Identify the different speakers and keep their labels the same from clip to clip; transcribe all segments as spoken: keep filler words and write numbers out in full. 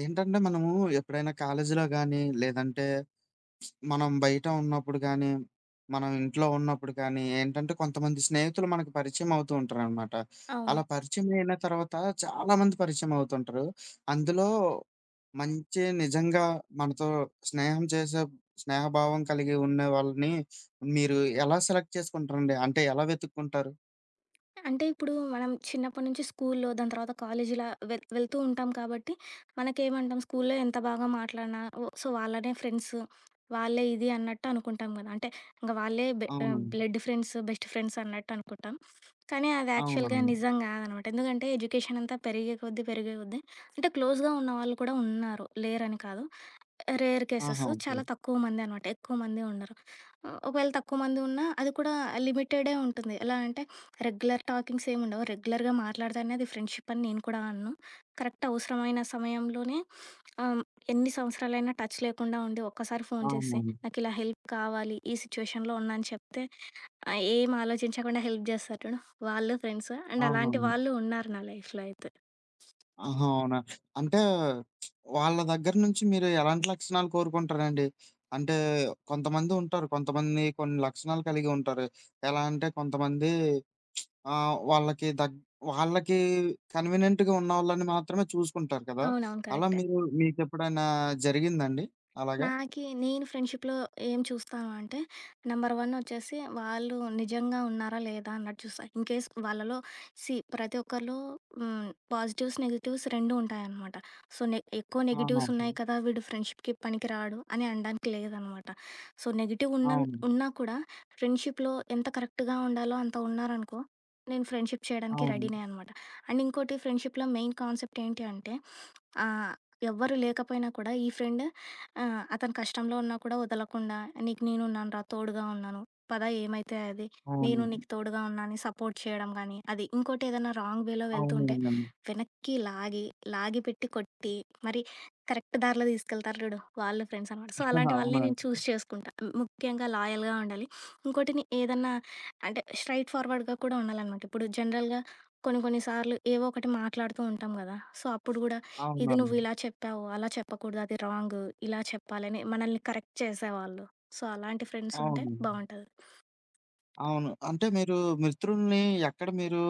Speaker 1: ఏంటంటే మనము ఎప్పుడైనా కాలేజీలో గానీ, లేదంటే మనం బయట ఉన్నప్పుడు గానీ, మనం ఇంట్లో ఉన్నప్పుడు కానీ ఏంటంటే కొంతమంది స్నేహితులు మనకు పరిచయం అవుతూ ఉంటారనమాట. అలా
Speaker 2: అవును.
Speaker 1: పరిచయం అయిన తర్వాత చాలా మంది పరిచయం అవుతుంటారు. అందులో మంచి నిజంగా మనతో స్నేహం చేసే స్నేహభావం కలిగి ఉండే వాళ్ళని మీరు ఎలా సెలెక్ట్ చేసుకుంటారండి? అంటే ఎలా వెతుక్కుంటారు?
Speaker 2: అంటే ఇప్పుడు మనం చిన్నప్పటి నుంచి స్కూల్లో, దాని తర్వాత కాలేజీలా వెల్ వెళ్తూ ఉంటాం కాబట్టి, మనకేమంటాం స్కూల్లో ఎంత బాగా మాట్లాడినా ఓ సో, వాళ్ళనే ఫ్రెండ్స్, వాళ్ళే ఇది అన్నట్టు అనుకుంటాం గదా! అంటే ఇంక వాళ్ళే బె ఆహ్,
Speaker 1: అవునవును.
Speaker 2: బ్లడ్ ఫ్రెండ్స్, బెస్ట్ ఫ్రెండ్స్ అన్నట్టు అనుకుంటాం. కానీ అది యాక్చువల్‌గా
Speaker 1: అవునవును.
Speaker 2: నిజం గాదనమాట. ఎందుకంటే ఎడ్యుకేషన్ అంతా పెరిగే కొద్దీ, పెరిగే కొద్దీ అంటే క్లోజ్‌గా ఉన్నవాళ్ళు కూడా ఉన్నారు, లేరని కాదు. రేర్
Speaker 1: ఆహా!
Speaker 2: కేసెస్.
Speaker 1: ఓకే.
Speaker 2: చాలా తక్కువ మందే అనమాట. ఎక్కువ మంది ఉండరు. ఆహ్, ఒకవేళ తక్కువ మంది ఉన్నా అది కూడా లిమిటెడే ఉంటుంది. ఎలా అంటే రెగ్యులర్ టాకింగ్స్ ఏమి ఉండవు. రెగ్యులర్‌గా మాట్లాడితేనే అది ఫ్రెండ్‌షిప్ అని నేను కూడా అనను. కరెక్ట్ అవసరమైన సమయంలోనే ఆహ్, ఎన్ని సంవత్సరాలైనా టచ్ లేకుండా ఉండి ఒక్కసారి ఫోన్ చేసి
Speaker 1: అవునవును.
Speaker 2: నాకిలా హెల్ప్ కావాలి. ఈ సిట్యుయేషన్‌లో ఉన్నా అని చెప్తే ఆహ్, ఏం ఆలోచించకుండా హెల్ప్ చేస్తారు చూడు. వాళ్ళు ఫ్రెండ్స్. అండ్ అలాంటి
Speaker 1: అవునవును.
Speaker 2: వాళ్ళు ఉన్నారు నా లైఫ్‌లో అయితే.
Speaker 1: ఆహా! అవునా? అంటే వాళ్ళ దగ్గర నుంచి మీరు ఎలాంటి లక్షణాలు కోరుకుంటారండి? అంటే కొంతమంది ఉంటారు. కొంతమంది కొన్ని లక్షణాలు కలిగి ఉంటారు. ఎలా అంటే కొంతమంది ఆహ్, వాళ్ళకి దగ్ వాళ్ళకి కన్వీనియంట్‌గా ఉన్నోళ్ళని మాత్రమే చూసుకుంటారు కదా!
Speaker 2: అవునవును.
Speaker 1: అలా
Speaker 2: కరెక్టే.
Speaker 1: మీరు మీకెప్పుడైనా జరిగిందండి అలాగా?
Speaker 2: నాకి నేను ఫ్రెండ్‌షిప్‌లో ఏం చూస్తాను అంటే, నంబర్ ఒకటి వచ్చేసి వాళ్ళు నిజంగా ఉన్నారా లేదా అన్నట్టు చూస్తా. ఇన్‌కేస్ వాళ్ళలో సీ ప్రతి ఒక్కరిలో హ్మ్, పాజిటివ్స్, నెగెటివ్స్ రెండు ఉంటాయనమాట. సో, నె ఎక్కువ
Speaker 1: అవును.
Speaker 2: Negatives
Speaker 1: okay.
Speaker 2: ఉన్నాయి కదా! వీడు ఫ్రెండ్‌షిప్‌కి పనికిరాడు అని అనడానికి లేదనమాట. సో, నెగెటివ్ ఉన్న
Speaker 1: అవును.
Speaker 2: ఉన్నా కూడా ఫ్రెండ్‌షిప్‌లో ఎంత కరెక్ట్‌గా ఉండాలో అంత ఉన్నారనుకో, నేను ఫ్రెండ్‌షిప్ చేయడానికి
Speaker 1: అవును.
Speaker 2: రెడీనే అనమాట. అండ్ ఇంకోటి ఫ్రెండ్‌షిప్‌లో మెయిన్ కాన్సెప్ట్ ఏంటి అంటే, ఆహ్, ఎవ్వరు లేకపోయినా కూడా ఈ ఫ్రెండ్ ఆ! అతను కష్టంలో ఉన్నా కూడా వదలకుండా, "నీకు నేనున్నానురా, తోడుగా ఉన్నాను. పద ఏమైతే అది. నేను
Speaker 1: అవును.
Speaker 2: నీకు తోడుగా ఉన్నా" అని సపోర్ట్ చేయడం గానీ, అది. ఇంకోటి ఏదైనా రాంగ్ వేలో
Speaker 1: అవును.
Speaker 2: వెళ్తుంటే
Speaker 1: అవునండి.
Speaker 2: వెనక్కి లాగి, లాగి పెట్టి కొట్టి, మరి కరెక్ట్ దారిలో తీసుకెళ్తారు చూడు, వాళ్ళు ఫ్రెండ్స్ అనమాట. సో, అలాంటి వాళ్ళని
Speaker 1: అవును.
Speaker 2: నేను చూజ్ చేసుకుంటా. ముఖ్యంగా లాయల్‌గా ఉండాలి. ఇంకోటి నే ఏదన్నా అంటే స్ట్రెయిట్ ఫార్వర్డ్‌గా కూడా ఉండాలనమాట. ఇప్పుడు జనరల్‌గా కొన్ని కొన్ని సార్లు ఏవో ఒకటి మాట్లాడుతూ ఉంటాం గదా! సో, అప్పుడు గూడా ఇది నువ్వు
Speaker 1: అవునండి.
Speaker 2: ఇలా చెప్పావు, అలా చెప్పకూడదు, అది రాంగు, ఇలా చెప్పాలని మనల్ని కరెక్ట్ చేసేవాళ్ళు. సో, అలాంటి ఫ్రెండ్స్ ఉంటే
Speaker 1: అవును.
Speaker 2: బావుంటది.
Speaker 1: అవును. అంటే మీరు మిత్రుల్ని ఎక్కడ మీరు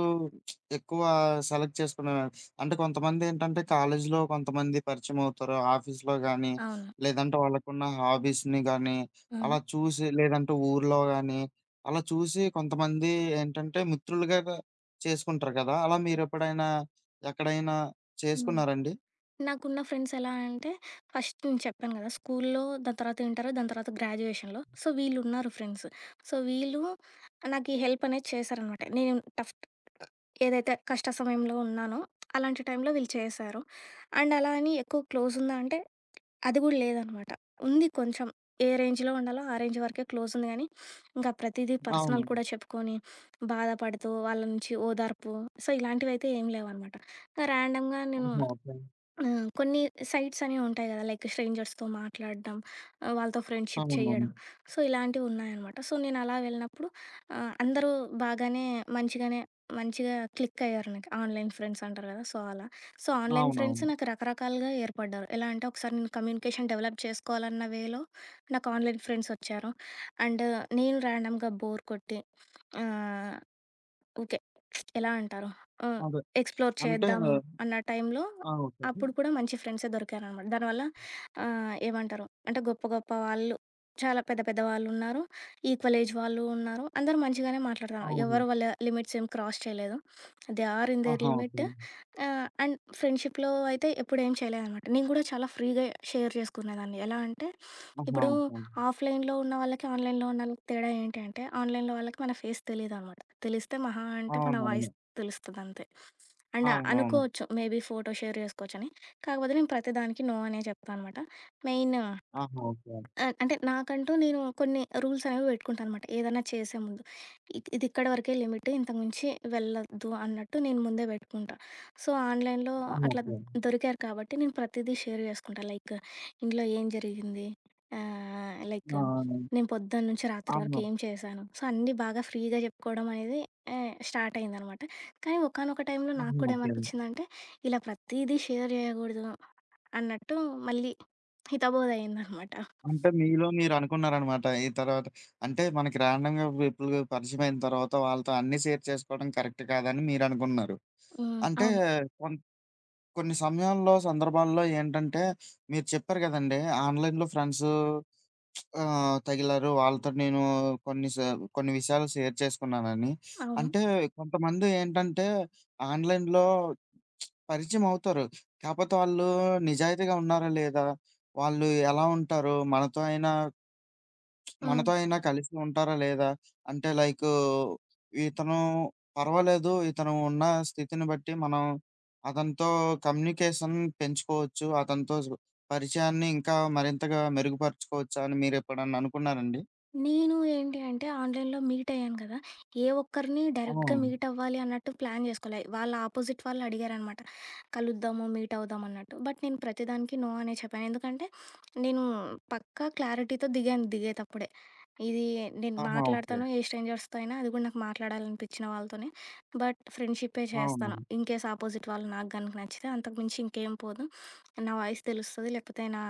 Speaker 1: ఎక్కువ సెలెక్ట్ చేసుకునేవారు? అంటే కొంతమందేంటంటే కాలేజీలో కొంతమంది పరిచయమవుతారు. ఆఫీస్‌లో గానీ,
Speaker 2: అవును.
Speaker 1: లేదంటే వాళ్ళకున్న హాబీస్‌ని గానీ,
Speaker 2: హ్మ్.
Speaker 1: అలా చూసి లేదంటే ఊర్లో గానీ, అలా చూసి కొంతమంది ఏంటంటే మిత్రులుగా గా చేసుకుంటారు కదా! అలా మీరెప్పుడైనా ఎక్కడైనా
Speaker 2: హ్మ్.
Speaker 1: చేసుకున్నారండి?
Speaker 2: నాకున్న ఫ్రెండ్స్ ఎలా అంటే ఫస్ట్ నేను చెప్పాను కదా! స్కూల్లో, దాని తర్వాత ఇంటర్, దాని తర్వాత గ్రాడ్యుయేషన్‌లో. సో, వీళ్ళున్నారు ఫ్రెండ్స్. సో, వీళ్ళు నాకు ఈ హెల్ప్ అనేది చేశారనమాట. నేను టఫ్ ఏదైతే కష్ట సమయంలో ఉన్నానో అలాంటి టైంలో వీళ్ళు చేశారు. అండ్ అలా అని ఎక్కువ క్లోజ్ ఉందా అంటే అది గూడా లేదనమాట. ఉంది కొంచెం. ఏ రేంజ్‌లో ఉండాలో ఆ రేంజ్ వరకే క్లోజ్ ఉంది గానీ, ఇంకా ప్రతీదీ పర్సనల్
Speaker 1: అవును.
Speaker 2: కూడా చెప్పుకొని, బాధపడుతూ వాళ్ళ నుంచి ఓదార్పు. సో, ఇలాంటివైతే ఏం లేవనమాట. ర్యాండమ్‌గా నేను
Speaker 1: ఆహా! ఓకే.
Speaker 2: ఆ! కొన్ని సైట్స్ అనేవి ఉంటాయి గదా! లైక్ స్ట్రేంజర్స్‌తో మాట్లాడడం, ఆహ్, వాళ్ళతో ఫ్రెండ్‌షిప్
Speaker 1: అవునవును.
Speaker 2: చేయడం. సో, ఇలాంటివి ఉన్నాయనమాట. సో, నేను అలా వెళ్ళినప్పుడు ఆహ్, అందరూ బాగానే మంచిగానే మంచిగా క్లిక్ అయ్యారు నాకు. ఆన్‌లైన్ ఫ్రెండ్స్ అంటారు గదా! సో, అలా. సో, ఆన్‌లైన్ ఫ్రెండ్స్
Speaker 1: అవునవును.
Speaker 2: నాకు రకరకాలుగా ఏర్పడ్డారు. ఎలా అంటే ఒకసారి నేను కమ్యూనికేషన్ డెవలప్ చేసుకోవాలన్న వేలో నాకు ఆన్‌లైన్ ఫ్రెండ్స్ వచ్చారు. అండ్ నేను ర్యాండమ్‌గా బోర్ కొట్టి ఆహ్ ఓకే. ఎలా అంటారు? ఆహ్,
Speaker 1: అదే.
Speaker 2: ఎక్స్‌ప్లోర్
Speaker 1: అంటే
Speaker 2: చేద్దాము అన్న టైంలో
Speaker 1: ఆ! ఓకే.
Speaker 2: అప్పుడు కూడా మంచి ఫ్రెండ్సే దొరికారనమాట. దానివల్ల ఆహ్, ఏమంటారు? అంటే గొప్ప గొప్ప వాళ్ళు, చాలా పెద్ద పెద్ద వాళ్ళున్నారు. ఈక్వల్ ఏజ్ వాళ్ళు ఉన్నారు. అందరూ మంచిగానే మాట్లాడతారు.
Speaker 1: అవును.
Speaker 2: ఎవరు వాళ్ళ లిమిట్స్ ఏం క్రాస్ చేయలేదు. దే ఆర్ ఇన్ దేర్
Speaker 1: ఆహా! ఓకే.
Speaker 2: లిమిట్. ఆహ్, అండ్ ఫ్రెండ్‌షిప్‌లో అయితే ఎప్పుడేం చేయలేదనమాట. నేను కూడా చాలా ఫ్రీగా షేర్ చేసుకునేదాన్ని. ఎలా అంటే,
Speaker 1: ఆహా!
Speaker 2: ఇప్పుడు
Speaker 1: ఓకే.
Speaker 2: ఆఫ్‌లైన్‌లో ఉన్న వాళ్ళకి, ఆన్‌లైన్‌లో ఉన్న వాళ్ళకి తేడా ఏంటి అంటే, ఆన్‌లైన్‌లో వాళ్ళకి మన ఫేస్ తెలీదనమాట. తెలిస్తే మహా అంటే మన
Speaker 1: అవునవును.
Speaker 2: వాయిస్ తెలుస్తదంతే. అండ్
Speaker 1: అవునవును.
Speaker 2: అనుకోవచ్చు మేబీ ఫోటో షేర్ చేసుకోవచ్చని. కాకపోతే నేను ప్రతిదానికి నో అనే చెప్తా అనమాట. మెయిన్
Speaker 1: ఆహా! ఓకే.
Speaker 2: ఆ! అంటే నాకంటూ నేను కొన్ని రూల్స్ అనేవి పెట్టుకుంటాననమాట. ఏదైనా చేసే ముందు. ఇద్ ఇది ఇక్కడి వరకే లిమిట్. ఇంతకు మించి వెళ్ళొద్దు అన్నట్టు నేను ముందే పెట్టుకుంటా. సో, ఆన్‌లైన్‌లో
Speaker 1: ఆ!
Speaker 2: అట్లా
Speaker 1: ఓకే.
Speaker 2: దొరికారు కాబట్టి నేను ప్రతిదీ షేర్ చేసుకుంటా. లైక్ ఇంట్లో ఏం జరిగింది? ఆహ్, లైక్
Speaker 1: ఆ!
Speaker 2: నేను పొద్దున్న నుంచి రాత్రి వరకు
Speaker 1: అవును.
Speaker 2: ఏం చేశాను? సో, అన్నీ బాగా ఫ్రీగా చెప్పుకోవడం అనేది ఆహ్, స్టార్ట్ అయిందనమాట. కానీ ఒకానొక టైంలో నాకు
Speaker 1: ఆహా!
Speaker 2: కూడా
Speaker 1: ఓకే.
Speaker 2: ఏమనిపించిందంటే, ఇలా ప్రతీదీ షేర్ చేయకూడదు అన్నట్టు మళ్ళీ హితబోధ అయిందనమాట.
Speaker 1: అంటే మీలో మీరనుకున్నారనమాట. ఈ తర్వాత అంటే మనకి రాండమ్‌గా పీపుల్ పరిచయమైన తర్వాత వాళ్ళతో అన్నీ షేర్ చేసుకోవడం కరెక్ట్ కాదని మీరనుకున్నారు.
Speaker 2: హ్మ్.
Speaker 1: అంటే
Speaker 2: అవును.
Speaker 1: కొం కొన్ని సమయాల్లో, సందర్భాల్లో ఏంటంటే, మీరు చెప్పారు గదండీ! ఆన్‌లైన్‌లో ఫ్రెండ్సు ఆహ్, తగిలారు. వాళ్ళతో నేను కొన్ని స కొన్ని విషయాలు షేర్ చేసుకున్నానని.
Speaker 2: అవును.
Speaker 1: అంటే కొంతమంది ఏంటంటే, ఆన్‌లైన్‌లో పరిచయం అవుతారు. కాపోతే వాళ్ళు నిజాయితీగా ఉన్నారా లేదా? వాళ్ళు ఎలా ఉంటారు? మనతో అయినా
Speaker 2: హ్మ్.
Speaker 1: మనతో అయినా కలిసి ఉంటారా లేదా? అంటే లైకు ఇతను పర్వాలేదు. ఇతను ఉన్న స్థితిని బట్టి మనం అతనితో కమ్యూనికేషన్ పెంచుకోవచ్చు. అతనితో సు పరిచయాన్ని ఇంకా మరింతగా మెరుగుపరుచుకోవచ్చు అని మీరెప్పుడన్నా అనుకున్నారండి?
Speaker 2: నేను ఏంటి అంటే ఆన్‌లైన్‌లో మీట్ అయ్యాను కదా! ఏ ఒక్కరిని డైరెక్ట్‌గా
Speaker 1: అవును.
Speaker 2: మీట్ అవ్వాలి అన్నట్టు ప్లాన్ చేసుకోలే. వాళ్ళ ఆపోజిట్ వాళ్ళు అడిగారనమాట. కలుద్దాము, మీట్ అవుదాం అన్నట్టు. బట్ నేను ప్రతిదానికి నో అనే చెప్పాను. ఎందుకంటే నేను పక్కా క్లారిటీతో దిగాను దిగేతప్పుడే. ఇది నేను
Speaker 1: ఆహా! ఓకే.
Speaker 2: మాట్లాడతాను ఏ స్ట్రేంజర్స్‌తో అయినా, అది కూడా నాకు మాట్లాడాలనిపించిన వాళ్ళతోనే. బట్ ఫ్రెండ్‌షిప్పే
Speaker 1: అవును.
Speaker 2: చేస్తాను. ఇన్‌కేస్ ఆపోజిట్ వాళ్ళు నాకు గనుక నచ్చితే అంతకు మించి ఇంకేం పోదు. నా వాయిస్ తెలుస్తది లేకపోతే నా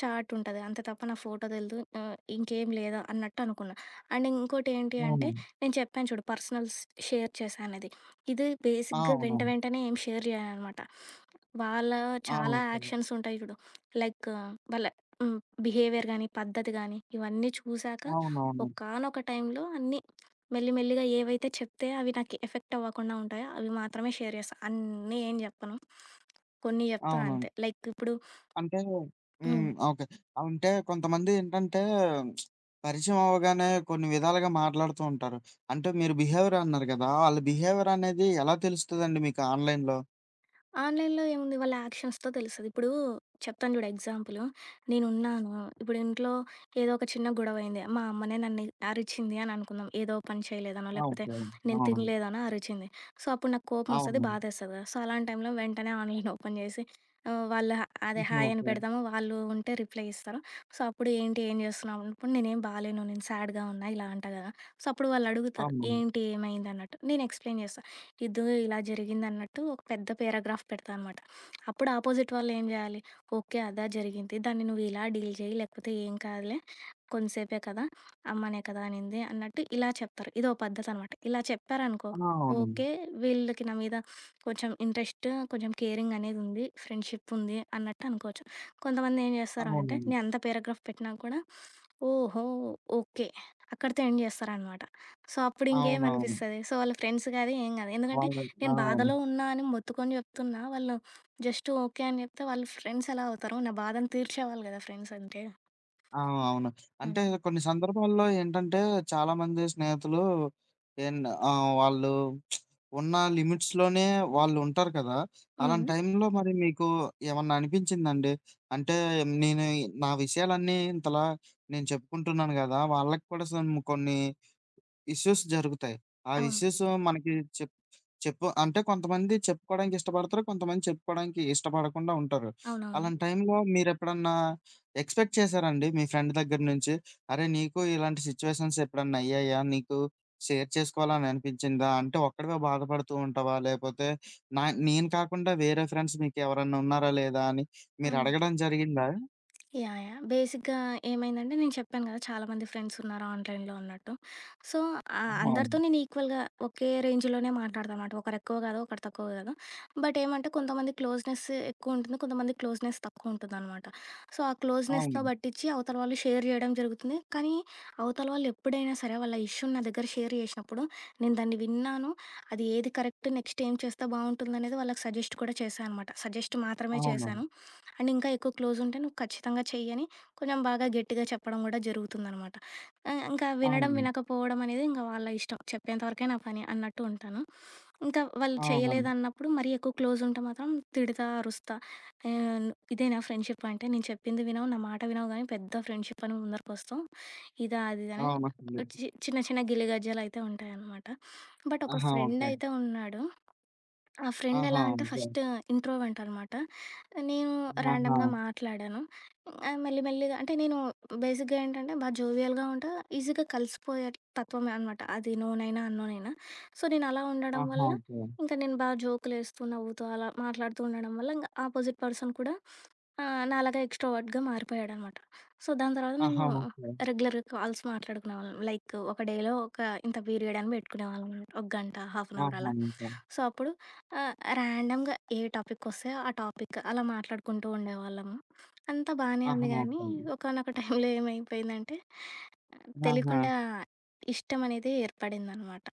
Speaker 2: చార్ట్ ఉంటది. అంతే తప్ప నా ఫోటో తెలీదు. ఆహ్, ఇంకేం లేదు అన్నట్టు అనుకున్నా. అండ్ ఇంకోటి ఏంటి అంటే
Speaker 1: అవును.
Speaker 2: నేను చెప్పాను చూడు పర్సనల్స్ షేర్ చేశానది. ఇది
Speaker 1: ఆ!
Speaker 2: బేసిక్‌గా వెంట
Speaker 1: అవునవును.
Speaker 2: వెంటనే ఏం షేర్ చేయననమాట. వాళ్ళ
Speaker 1: ఆ!
Speaker 2: చాలా
Speaker 1: ఓకే.
Speaker 2: యాక్షన్స్ ఉంటాయి చూడు. లైక్ వాళ్ళ హ్మ్. బిహేవియర్ గాని, పద్ధతి గాని ఇవన్నీ చూసాక
Speaker 1: అవునవును.
Speaker 2: ఒకానొక టైంలో అన్నీ మెల్లి మెల్లిగా ఏవైతే చెప్తే అవి నాకు ఎఫెక్ట్ అవ్వకుండా ఉంటాయో అవి మాత్రమే షేర్ చేస్తా. అన్నీ ఏం చెప్పను. కొన్ని చెప్తా
Speaker 1: అవును.
Speaker 2: అంతే. లైక్ ఇప్పుడు
Speaker 1: అంటే
Speaker 2: హ్మ్.
Speaker 1: హ్మ్. ఓకే. అంటే కొంతమంది ఏంటంటే పరిచయం అవ్వగానే కొన్ని విధాలుగా మాట్లాడుతూ ఉంటారు. అంటే మీరు బిహేవియర్ అన్నారు కదా! ఆళ్ళ బిహేవియర్ అనేది ఎలా తెలుస్తదండి మీకు ఆన్‌లైన్‌లో?
Speaker 2: ఆన్‌లైన్‌లో ఏముంది వాళ్ళ యాక్షన్స్‌తో తెలుస్తది. ఇప్పుడు చెప్తాను చూడు ఎగ్జాంపులు. నేనున్నాను, ఇప్పుడు ఇంట్లో ఏదో ఒక చిన్న గొడవైంది. మా అమ్మనే నన్ను అరిచింది అని అనుకుందాం. ఏదో పని చేయలేదనో,
Speaker 1: ఆ!
Speaker 2: లేకపోతే
Speaker 1: ఓకే.
Speaker 2: నేను
Speaker 1: అవునండి.
Speaker 2: తినలేదనో అరిచింది. సో, అప్పుడు నాకు కోపమొస్తది,
Speaker 1: అవునండి.
Speaker 2: బాధేస్తది కదా! సో, అలాంటి టైంలో వెంటనే ఆన్‌లైన్ ఓపెన్ చేసి ఆహ్, వాళ్ళ హ- అదే హాయ్ అని
Speaker 1: ఓకే.
Speaker 2: పెడతాము. వాళ్ళు ఉంటే రిప్లై ఇస్తారు. సో, అప్పుడు ఏంటి, ఏం చేస్తున్నావు అన్నప్పుడు నేనేం బాలేను, నేను సాడ్‌గా ఉన్నా ఇలా అంట కదా! సో, అప్పుడు వాళ్ళడుగుతారు
Speaker 1: అవును.
Speaker 2: ఏంటి, ఏమైందన్నట్టు. నేను ఎక్స్‌ప్లెయిన్ చేస్తా. ఇదో ఇలా జరిగిందన్నట్టు ఒక పెద్ద పేరాగ్రాఫ్ పెడతా అనమాట. అప్పుడు అపోజిట్ వాళ్ళు ఏం జేయాలి, ఓకే. అదా జరిగింది. దాన్ని నువ్వు ఇలా డీల్ చేయి, లేకపోతే ఏం కాదులే. కొంతసేపే కదా! అమ్మనే కదా అనింది అన్నట్టు ఇలా చెప్తారు. ఇదో పద్ధతనమాట. ఇలా చెప్పారనుకో,
Speaker 1: ఆ! అవునండి.
Speaker 2: ఓకే. వీళ్ళకి నా మీద కొంచెం ఇంట్రెస్ట్, కొంచెం కేరింగ్ అనేదుంది. ఫ్రెండ్‌షిప్ ఉంది అన్నట్టు అనుకోవచ్చు. కొంతమంది ఏం జేస్తారు అంటే,
Speaker 1: అవునవును.
Speaker 2: నేను అంత పేరాగ్రాఫ్ పెట్టినా కూడా, ఓహో! ఓకే. అక్కడితో ఎండ్ జేస్తారనమాట. సో, అప్పుడింకేం
Speaker 1: అవునవును.
Speaker 2: అనిపిస్తది. సో, వాళ్ళ ఫ్రెండ్స్ గాదు, ఏం గాదు. ఎందుకంటే
Speaker 1: వాళ్ళ ఆ!
Speaker 2: నేను
Speaker 1: అవును.
Speaker 2: బాధలో ఉన్నా అని మొత్తుకొని జెప్తున్నా. వాళ్ళు జస్ట్ ఓకే అని జెప్తే వాళ్ళు ఫ్రెండ్స్ ఎలా అవుతారు? నా బాధను తీర్చేవాళ్ళు గదా! ఫ్రెండ్స్ అంటే.
Speaker 1: ఆ! అవును. అంటే
Speaker 2: హ్మ్.
Speaker 1: కొన్ని సందర్భాల్లో ఏంటంటే చాలామంది స్నేహితులు ఏన్ ఆహ్, వాళ్ళు ఉన్న లిమిట్స్‌లోనే వాళ్ళుంటారు కదా! అలాంటి
Speaker 2: హ్మ్.
Speaker 1: టైంలో మరి మీకు ఏమన్నా అనిపించిందండి? అంటే నేను నా విషయాలన్నీ ఇంతలా నేను చెప్పుకుంటున్నాను కదా! వాళ్ళకి కూడా సమ్ కొన్ని ఇష్యూస్ జరుగుతాయి. ఆ
Speaker 2: అవును.
Speaker 1: ఇష్యూస్ మనకి చెప్ చెప్పు అంటే కొంతమంది చెప్పుకోవడానికి ఇష్టపడతారు. కొంతమంది చెప్పుకోవడానికి ఇష్టపడకుండా ఉంటారు.
Speaker 2: అవునవును.
Speaker 1: అలాంటి టైంలో మీరెప్పుడన్నా ఎక్స్‌పెక్ట్ చేసారండి మీ ఫ్రెండ్ దగ్గర నుంచి? అరే! నీకు ఇలాంటి సిట్యుయేషన్స్ ఎప్పుడన్నా అయ్యాయా? నీకు షేర్ చేసుకోవాలని అనిపించిందా? అంటే ఒక్కడివే బాధపడుతూ ఉంటావా? లేపోతే నా నేను కాకుండా వేరే ఫ్రెండ్స్ మీకెవరన్నా ఉన్నారా లేదా అని
Speaker 2: హ్మ్.
Speaker 1: మీరడగడం జరిగిందా?
Speaker 2: యాహ్! యాహ్! బేసిక్‌గా ఏమైందంటే నేను చెప్పాను కదా! చాలామంది ఫ్రెండ్స్ ఉన్నారు ఆన్‌లైన్‌లో అన్నట్టు. సో, ఆహ్,
Speaker 1: అవును.
Speaker 2: అందరితో నేను ఈక్వల్‌గా ఒకే రేంజ్‌లోనే మాట్లాడతానమాట. ఒకరు ఎక్కువ కాదు, ఒకరు తక్కువ కాదు. బట్ ఏమంటే కొంతమంది క్లోజ్‌నెస్ ఎక్కువ ఉంటుంది. కొంతమంది క్లోజ్‌నెస్ తక్కువ ఉంటుందనమాట. సో, ఆ క్లోజ్‌నెస్‌తో
Speaker 1: అవును.
Speaker 2: పట్టించి అవతల వాళ్ళు షేర్ చేయడం జరుగుతుంది. కానీ అవతల వాళ్ళు ఎప్పుడైనా సరే వాళ్ళ ఇష్యూని నా దగ్గర షేర్ చేసినప్పుడు నేను దాన్ని విన్నాను. అది ఏది కరెక్ట్ నెక్స్ట్ ఏం చేస్తే బావుంటుందనేది వాళ్ళకి సజెస్ట్ కూడా చేశా అనమాట. సజెస్ట్ మాత్రమే
Speaker 1: అవునండి.
Speaker 2: చేశాను. అండ్ ఇంకా ఎక్కువ క్లోజ్ ఉంటే నువ్వు ఖచ్చితంగా చెయ్యి అని కొంచెం బాగా గట్టిగా చెప్పడం కూడా జరుగుతుందనమాట. ఆహ్, ఇంకా వినడం,
Speaker 1: అవునండి.
Speaker 2: వినకపోవడం అనేది ఇంక వాళ్ళ ఇష్టం. చెప్పేంత వరకే నా పని అన్నట్టు ఉంటాను. ఇంకా వాళ్ళు
Speaker 1: అవునండి.
Speaker 2: చేయలేదన్నప్పుడు మరీ ఎక్కువ క్లోజ్ ఉంటే మాత్రం తిడతా, అరుస్తా. ఆహ్, ఇదేనా ఫ్రెండ్‌షిప్ అంటే, నేను చెప్పింది వినవు, నా మాట వినవు గానీ పెద్ద ఫ్రెండ్‌షిప్ అని ముందరికొస్తావు. ఇదా, అది ఇదని
Speaker 1: అవునండి.
Speaker 2: చి చిన్న చిన్న గిలిగజ్జాలయితే ఉంటాయనమాట. బట్ ఒక
Speaker 1: ఆహా! ఓకే.
Speaker 2: ఫ్రెండయితే ఉన్నాడు ఆ ఫ్రెండ్ ఎలా
Speaker 1: ఆహా!
Speaker 2: అంటే
Speaker 1: ఓకే.
Speaker 2: ఫస్ట్ ఇంట్రోవర్ట్ అనమాట. నేను
Speaker 1: ఆహా!
Speaker 2: ర్యాండమ్‌గా మాట్లాడాను. ఆహ్, మెల్లి మెల్లిగా అంటే నేను బేసిక్‌గా ఏంటంటే బా జోవియల్‌గా ఉంటా. ఈజీగా కలిసిపోయే తత్వమే అనమాట. అది నోనైనా, అన్నోనైనా. సో, నేను అలా ఉండడం
Speaker 1: ఆహా!
Speaker 2: వల్ల
Speaker 1: ఓకే.
Speaker 2: ఇంకా నేను బా జోకులేస్తూ, నవ్వుతూ అలా మాట్లాడుతూ ఉండడం వల్ల ఇంక ఆపోజిట్ పర్సన్ కూడా ఆహ్, నాలాగా ఎక్స్‌ట్రోవర్ట్‌గా మారిపోయాడనమాట. సో, దాని తర్వాత మేము
Speaker 1: ఆహా! ఓకే.
Speaker 2: రెగ్యులర్‌గా కాల్స్ మాట్లాడుకునేవాళ్ళం. లైక్ ఒక డేలో ఒక ఇంత పీరియడ్ అని పెట్టుకునేవాళ్ళం. ఒక గంట, హాఫ్ అన్ అవర్
Speaker 1: ఆహా!
Speaker 2: అలా.
Speaker 1: ఓకే.
Speaker 2: సో, అప్పుడు ఆ! ర్యాండమ్‌గా ఏ టాపిక్కొస్తే ఆ టాపిక్ అలా మాట్లాడుకుంటూ ఉండేవాళ్ళము. అంతా బానే
Speaker 1: ఆహా!
Speaker 2: ఉంది గానీ,
Speaker 1: ఓకే.
Speaker 2: ఒకానొక టైంలో ఏమైపోయిందంటే,
Speaker 1: ఆహా!
Speaker 2: తెలియకుండా ఇష్టమనేది ఏర్పడిందనమాట.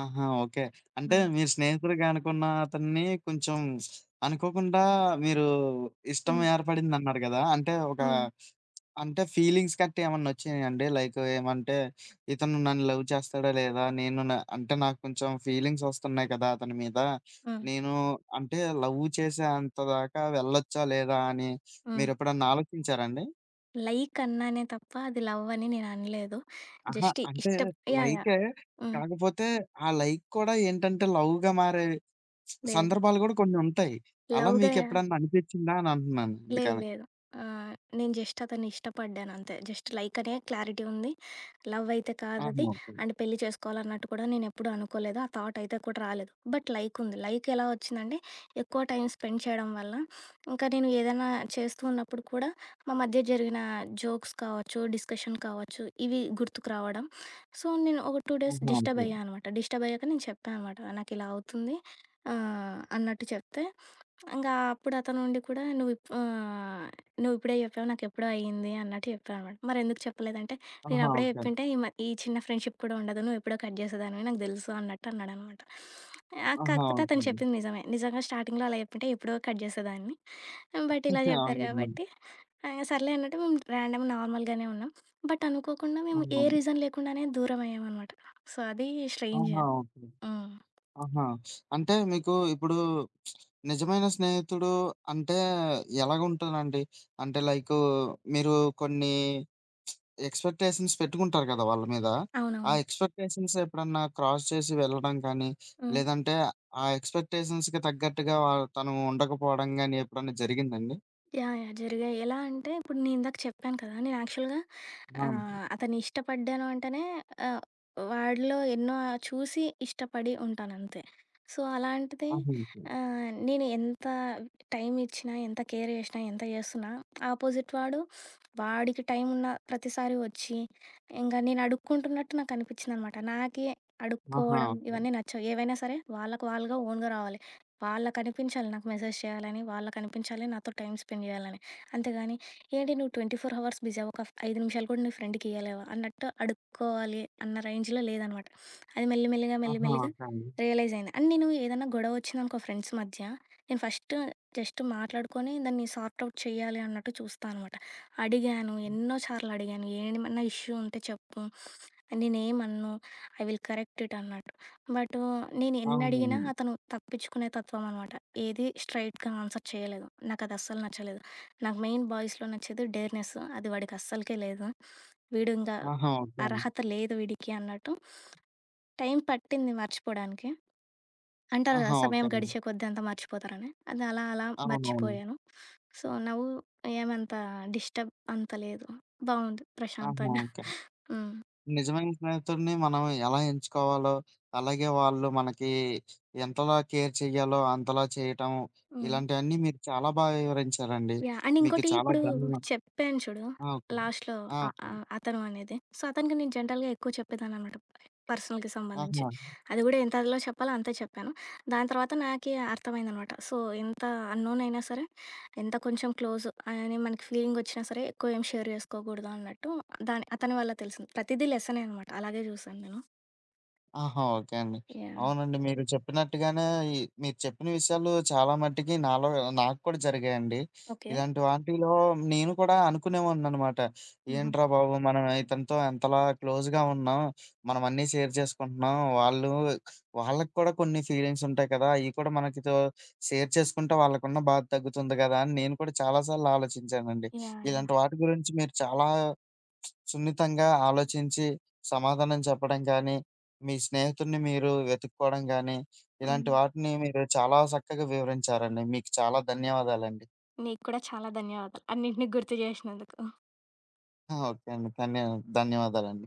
Speaker 1: ఆహా! ఓకే. అంటే
Speaker 2: హ్మ్.
Speaker 1: మీరు స్నేహితుడిగా అనుకున్న అతన్ని కొంచెం అనుకోకుండా మీరు ఇష్టం
Speaker 2: హ్మ్.
Speaker 1: ఏర్పడిందన్నారు గదా! అంటే ఒక
Speaker 2: హ్మ్.
Speaker 1: అంటే ఫీలింగ్స్ గట్టా ఏమన్నా ఒచ్చాయండి? లైక్ ఏమంటే ఇతను నన్ను లవ్ చేస్తాడా లేదా? నేను న అంటే నాకు కొంచెం ఫీలింగ్స్ ఒస్తున్నాయి కదా! అతని మీద.
Speaker 2: హ్మ్.
Speaker 1: నేను అంటే లవ్ చేసే అంత దాకా వెళ్ళొచ్చా లేదా అని
Speaker 2: హ్మ్.
Speaker 1: మీరెప్పుడన్నా ఆలోచించారా అండి?
Speaker 2: లైక్ అన్నానే తప్ప, అది లవ్ అని నేననలేదు.
Speaker 1: అహా!
Speaker 2: జస్ట్
Speaker 1: అంటే
Speaker 2: ఇష్టం యాహ్! యాహ్!
Speaker 1: లైకే.
Speaker 2: హ్మ్.
Speaker 1: కాకపోతే ఆ లైక్ కూడా ఏంటంటే లవ్‌గా మారే
Speaker 2: లేదు.
Speaker 1: సందర్భాలు గూడా కొన్ని ఉంటాయి. అలా
Speaker 2: లవ్‌గా
Speaker 1: మీకెప్పుడన్నా అనిపిచ్చిందా అని అంటున్నాను
Speaker 2: లేదు
Speaker 1: అందుకని.
Speaker 2: లేదు. ఆహ్, నేను జస్ట్ అతన్ని ఇష్టపడ్డానంతే. జస్ట్ లైక్ అనే క్లారిటీ ఉంది. లవ్ అయితే
Speaker 1: ఆహా!
Speaker 2: కాదది.
Speaker 1: ఓకే.
Speaker 2: అండ్ పెళ్లి చేసుకోవాలన్నట్టు కూడా నేనెప్పుడూ అనుకోలేదు. ఆ థాట్ అయితే కూడా రాలేదు. బట్ లైక్ ఉంది. లైక్ ఎలా వచ్చిందంటే, ఎక్కువ టైం స్పెండ్ చేయడం వల్ల, ఇంకా నేను ఏదైనా చేస్తూ ఉన్నప్పుడు కూడా మా మధ్య జరిగిన జోక్స్ కావచ్చు, డిస్కషన్ కావచ్చు, ఇవి గుర్తుకు రావడం. సో, నేను ఒక రెండు డేస్
Speaker 1: ఆహా!
Speaker 2: Disturb
Speaker 1: okay.
Speaker 2: అయ్యా అనమాట. డిస్టర్బ్ అయ్యాక నేను చెప్పా అనమాట. నాకిలా అవుతుంది ఆహ్, అన్నట్టు చెప్తే ఇంగా అప్పుడు అతను ఉండి కూడా నువ్వు ఇప్ ఆహ్, నువ్విప్పుడే చెప్పావు నాకెప్పుడో అయింది అన్నట్టు చెప్పాడనమాట. మరెందుకు చెప్పలేదంటే,
Speaker 1: ఆహా!
Speaker 2: నేనప్పుడే
Speaker 1: ఓకే.
Speaker 2: చెప్పింటే ఈ మ ఈ చిన్న ఫ్రెండ్‌షిప్ కూడా ఉండదు. నువ్వెప్పుడో కట్ చేసేదానివి నాకు తెలుసు అన్నట్టు అన్నాడనమాట. ఆహ్,
Speaker 1: ఆహా!
Speaker 2: కాకపోతే
Speaker 1: ఓకే.
Speaker 2: అతను చెప్పింది నిజమే. నిజంగా స్టార్టింగ్‌లో అలా చెప్పుంటే ఎప్పుడో కట్ చేసేదాన్ని. బట్ ఇలా
Speaker 1: ఆ!
Speaker 2: చెప్పారు
Speaker 1: ఇదిగోండి.
Speaker 2: కాబట్టి ఆహ్, సర్లే అన్నట్టు మేము ర్యాండమ్ నార్మల్‌గానే ఉన్నాం. బట్ అనుకోకుండా మేము ఏ
Speaker 1: అవునవును.
Speaker 2: రీజన్ లేకుండానే దూరమయ్యామనమాట. సో, అది స్ట్రేంజ్.
Speaker 1: ఆహా! ఓకే.
Speaker 2: హ్మ్.
Speaker 1: ఆహా! అంటే మీకు ఇప్పుడు నిజమైన స్నేహితుడు అంటే ఎలాగుంటారండి? అంటే లైకు మీరు కొన్ని ఎక్స్‌పెక్టేషన్స్ పెట్టుకుంటారు కదా! వాళ్ళ మీద. ఆ
Speaker 2: అవునవును.
Speaker 1: ఎక్స్‌పెక్టేషన్స్ ఎప్పుడన్నా క్రాస్ చేసి వెళ్ళడం కానీ,
Speaker 2: హ్మ్.
Speaker 1: లేదంటే ఆ ఎక్స్‌పెక్టేషన్స్‌కి తగ్గట్టుగా వా తను ఉండకపోవడం గాని ఎప్పుడన్నా జరిగిందండి?
Speaker 2: యాహ్! యాహ్! జరిగాయి. ఎలా అంటే ఇప్పుడు నేను ఇందాక చెప్పాను కదా! నేను యాక్చువల్‌గా
Speaker 1: ఆ!
Speaker 2: ఆహ్, అతన్ని ఇష్టపడ్డాను అంటేనే ఆహ్, వాడిలో ఎన్నో చూసి ఇష్టపడి ఉంటానంతే. సో, అలాంటిది
Speaker 1: ఓకే.
Speaker 2: ఆహ్, నేను ఎంత టైం ఇచ్చినా, ఎంత కేర్ చేసినా, ఎంత చేస్తున్నా ఆపోజిట్ వాడు వాడికి టైం ఉన్న ప్రతిసారి వచ్చి ఇంగా నేను అడుక్కుంటున్నట్టు నాకు అనిపించిందనమాట. నాకే
Speaker 1: ఆహా!
Speaker 2: అడుక్కోవడం
Speaker 1: ఓకే.
Speaker 2: ఇవన్నీ నచ్చవు. ఏవైనా సరే వాళ్ళకి వాళ్ళుగా ఓన్‌గా రావాలి. వాళ్ళకనిపించాలి నాకు మెసేజ్ చేయాలని, వాళ్ళకనిపించాలి నాతో టైమ్ స్పెండ్ చేయాలని. అంతేగాని ఏంటి నువ్వు ఇరవై నాలుగు హవర్స్ బిజీ ఒక ఐదు నిమిషాలు కూడా నీ ఫ్రెండ్‌కి ఇయ్యలేవా? అన్నట్టు అడుక్కోవాలి అన్న రేంజ్‌లో లేదనమాట. అది మెల్లి మెల్లిగా, మెల్లి
Speaker 1: ఆహా! ఓకే. ఆహా!
Speaker 2: మెల్లిగా
Speaker 1: ఓకే అండి.
Speaker 2: రియలైజ్ అయింది. అండ్ నేను ఏదన్నా గొడవ వచ్చిందనుకో ఫ్రెండ్స్ మధ్య, నేను ఫస్ట్ జస్ట్ మాట్లాడుకొని దాన్ని సార్ట్ ఔట్ చేయాలి అన్నట్టు చూస్తా అనమాట. అడిగాను, ఎన్నో సార్లు అడిగాను. ఏమన్నా ఇష్యూ ఉంటే చెప్పు, నేనేమనను, ఐ విల్ కరెక్ట్ ఇట్ అన్నట్టు. బట్ నేను ఎన్ని అడిగినా
Speaker 1: అవునవును.
Speaker 2: అతను తప్పించుకునే తత్వం అనమాట. ఏది స్ట్రెయిట్‌గా ఆన్సర్ చేయలేదు. నాకది అస్సలు నచ్చలేదు. నాకు మెయిన్ బాయ్స్‌లో నచ్చేది డేర్‌నెస్. అది వాడికి అస్సలకే లేదు. వీడు ఇంకా
Speaker 1: ఆహా! ఓకే అండి.
Speaker 2: అర్హత లేదు వీడికి అన్నట్టు. టైం పట్టింది మర్చిపోడానికి. అంటారు కదా!
Speaker 1: ఆహా! ఓకే
Speaker 2: సమయం
Speaker 1: అండి.
Speaker 2: గడిచే కొద్దీ అంతా మర్చిపోతారని. అది అలా అలా
Speaker 1: అవునవును.
Speaker 2: మర్చిపోయాను. సో, నౌ ఏమంత డిస్టర్బ్ అంత లేదు. బావుంది
Speaker 1: ఆహా!
Speaker 2: ప్రశాంతంగా.
Speaker 1: ఓకే.
Speaker 2: హ్మ్.
Speaker 1: నిజమైన స్నేహితుడిని మనం ఎలా ఎంచుకోవాలో, అలాగే వాళ్ళు మనకి ఎంతలా కేర్ చెయ్యాలో అంతలా చేయటం,
Speaker 2: హ్మ్.
Speaker 1: ఇలాంటివన్నీ మీరు చాలా బాగా వివరించారండి.
Speaker 2: యాహ్! అండ్
Speaker 1: మీకు
Speaker 2: ఇంకోటి
Speaker 1: చాలా
Speaker 2: ఇప్పుడు
Speaker 1: ధన్యవా
Speaker 2: చెప్పాను చూడు
Speaker 1: ఆ! ఓకే.
Speaker 2: లాస్ట్‌లో
Speaker 1: ఆ!
Speaker 2: అ
Speaker 1: ఓకే.
Speaker 2: అ అతను అనేది. సో, అతనికి నేను జనరల్‌గా ఎక్కువ చెప్పేదాన్ననమాట. పర్సనల్‌కి సంబంధించి.
Speaker 1: ఆహా!
Speaker 2: అది కూడా ఎంతలో చెప్పాలో అంతే చెప్పాను. దాని తర్వాత నాకే అర్థమైందనమాట. సో, ఎంత అన్నోన్ అయినా సరే, ఎంత కొంచెం క్లోజ్ అని మనకి ఫీలింగ్ వచ్చినా సరే, ఎక్కువ ఏం షేర్ చేసుకోకూడదు అన్నట్టు దాని అతని వల్ల తెలిసింది. ప్రతిదీ లెసనే అనమాట. అలాగే చూసాను నేను.
Speaker 1: ఆహా! ఓకే అండి.
Speaker 2: యాహ్!
Speaker 1: అవునండి. మీరు చెప్పినట్టుగానే ఈ మీరు చెప్పిన విషయాలు చాలా మట్టికి నాలో నాకు కూడా జరిగాయండి.
Speaker 2: ఓకే.
Speaker 1: ఇలాంటి వాటిలో నేను కూడా అనుకునేవాడిననమాట.
Speaker 2: హుహు.
Speaker 1: ఏంట్రా బాబు! మనం ఇతనితో ఎంతలా క్లోజ్‌గా ఉన్నాం. మనం అన్నీ షేర్ చేసుకుంటున్నాం. వాళ్ళు వాళ్ళకి కూడా కొన్ని ఫీలింగ్స్ ఉంటాయి కదా! అయి కూడా మనకితో షేర్ చేసుకుంటే వాళ్ళకున్న బాధ తగ్గుతుంది కదా! అని నేను కూడా చాలా సార్లు ఆలోచించానండి.
Speaker 2: యాహ్! యాహ్!
Speaker 1: ఇలాంటి వాటి గురించి మీరు చాలా సున్నితంగా ఆలోచించి సమాధానం చెప్పడం కానీ, మీ స్నేహితుడిని మీరు వెతుక్కోవడం గానీ,
Speaker 2: హ్మ్.
Speaker 1: ఇలాంటి వాటిని మీరు చాలా చక్కగా వివరించారండి. మీకు చాలా ధన్యవాదాలండి.
Speaker 2: నీకు కూడా చాలా ధన్యవాదాలు. అన్నిటిని గుర్తు చేసినందుకు.
Speaker 1: ఆ! ఓకే అండి. ధన్య ధన్యవాదాలండి.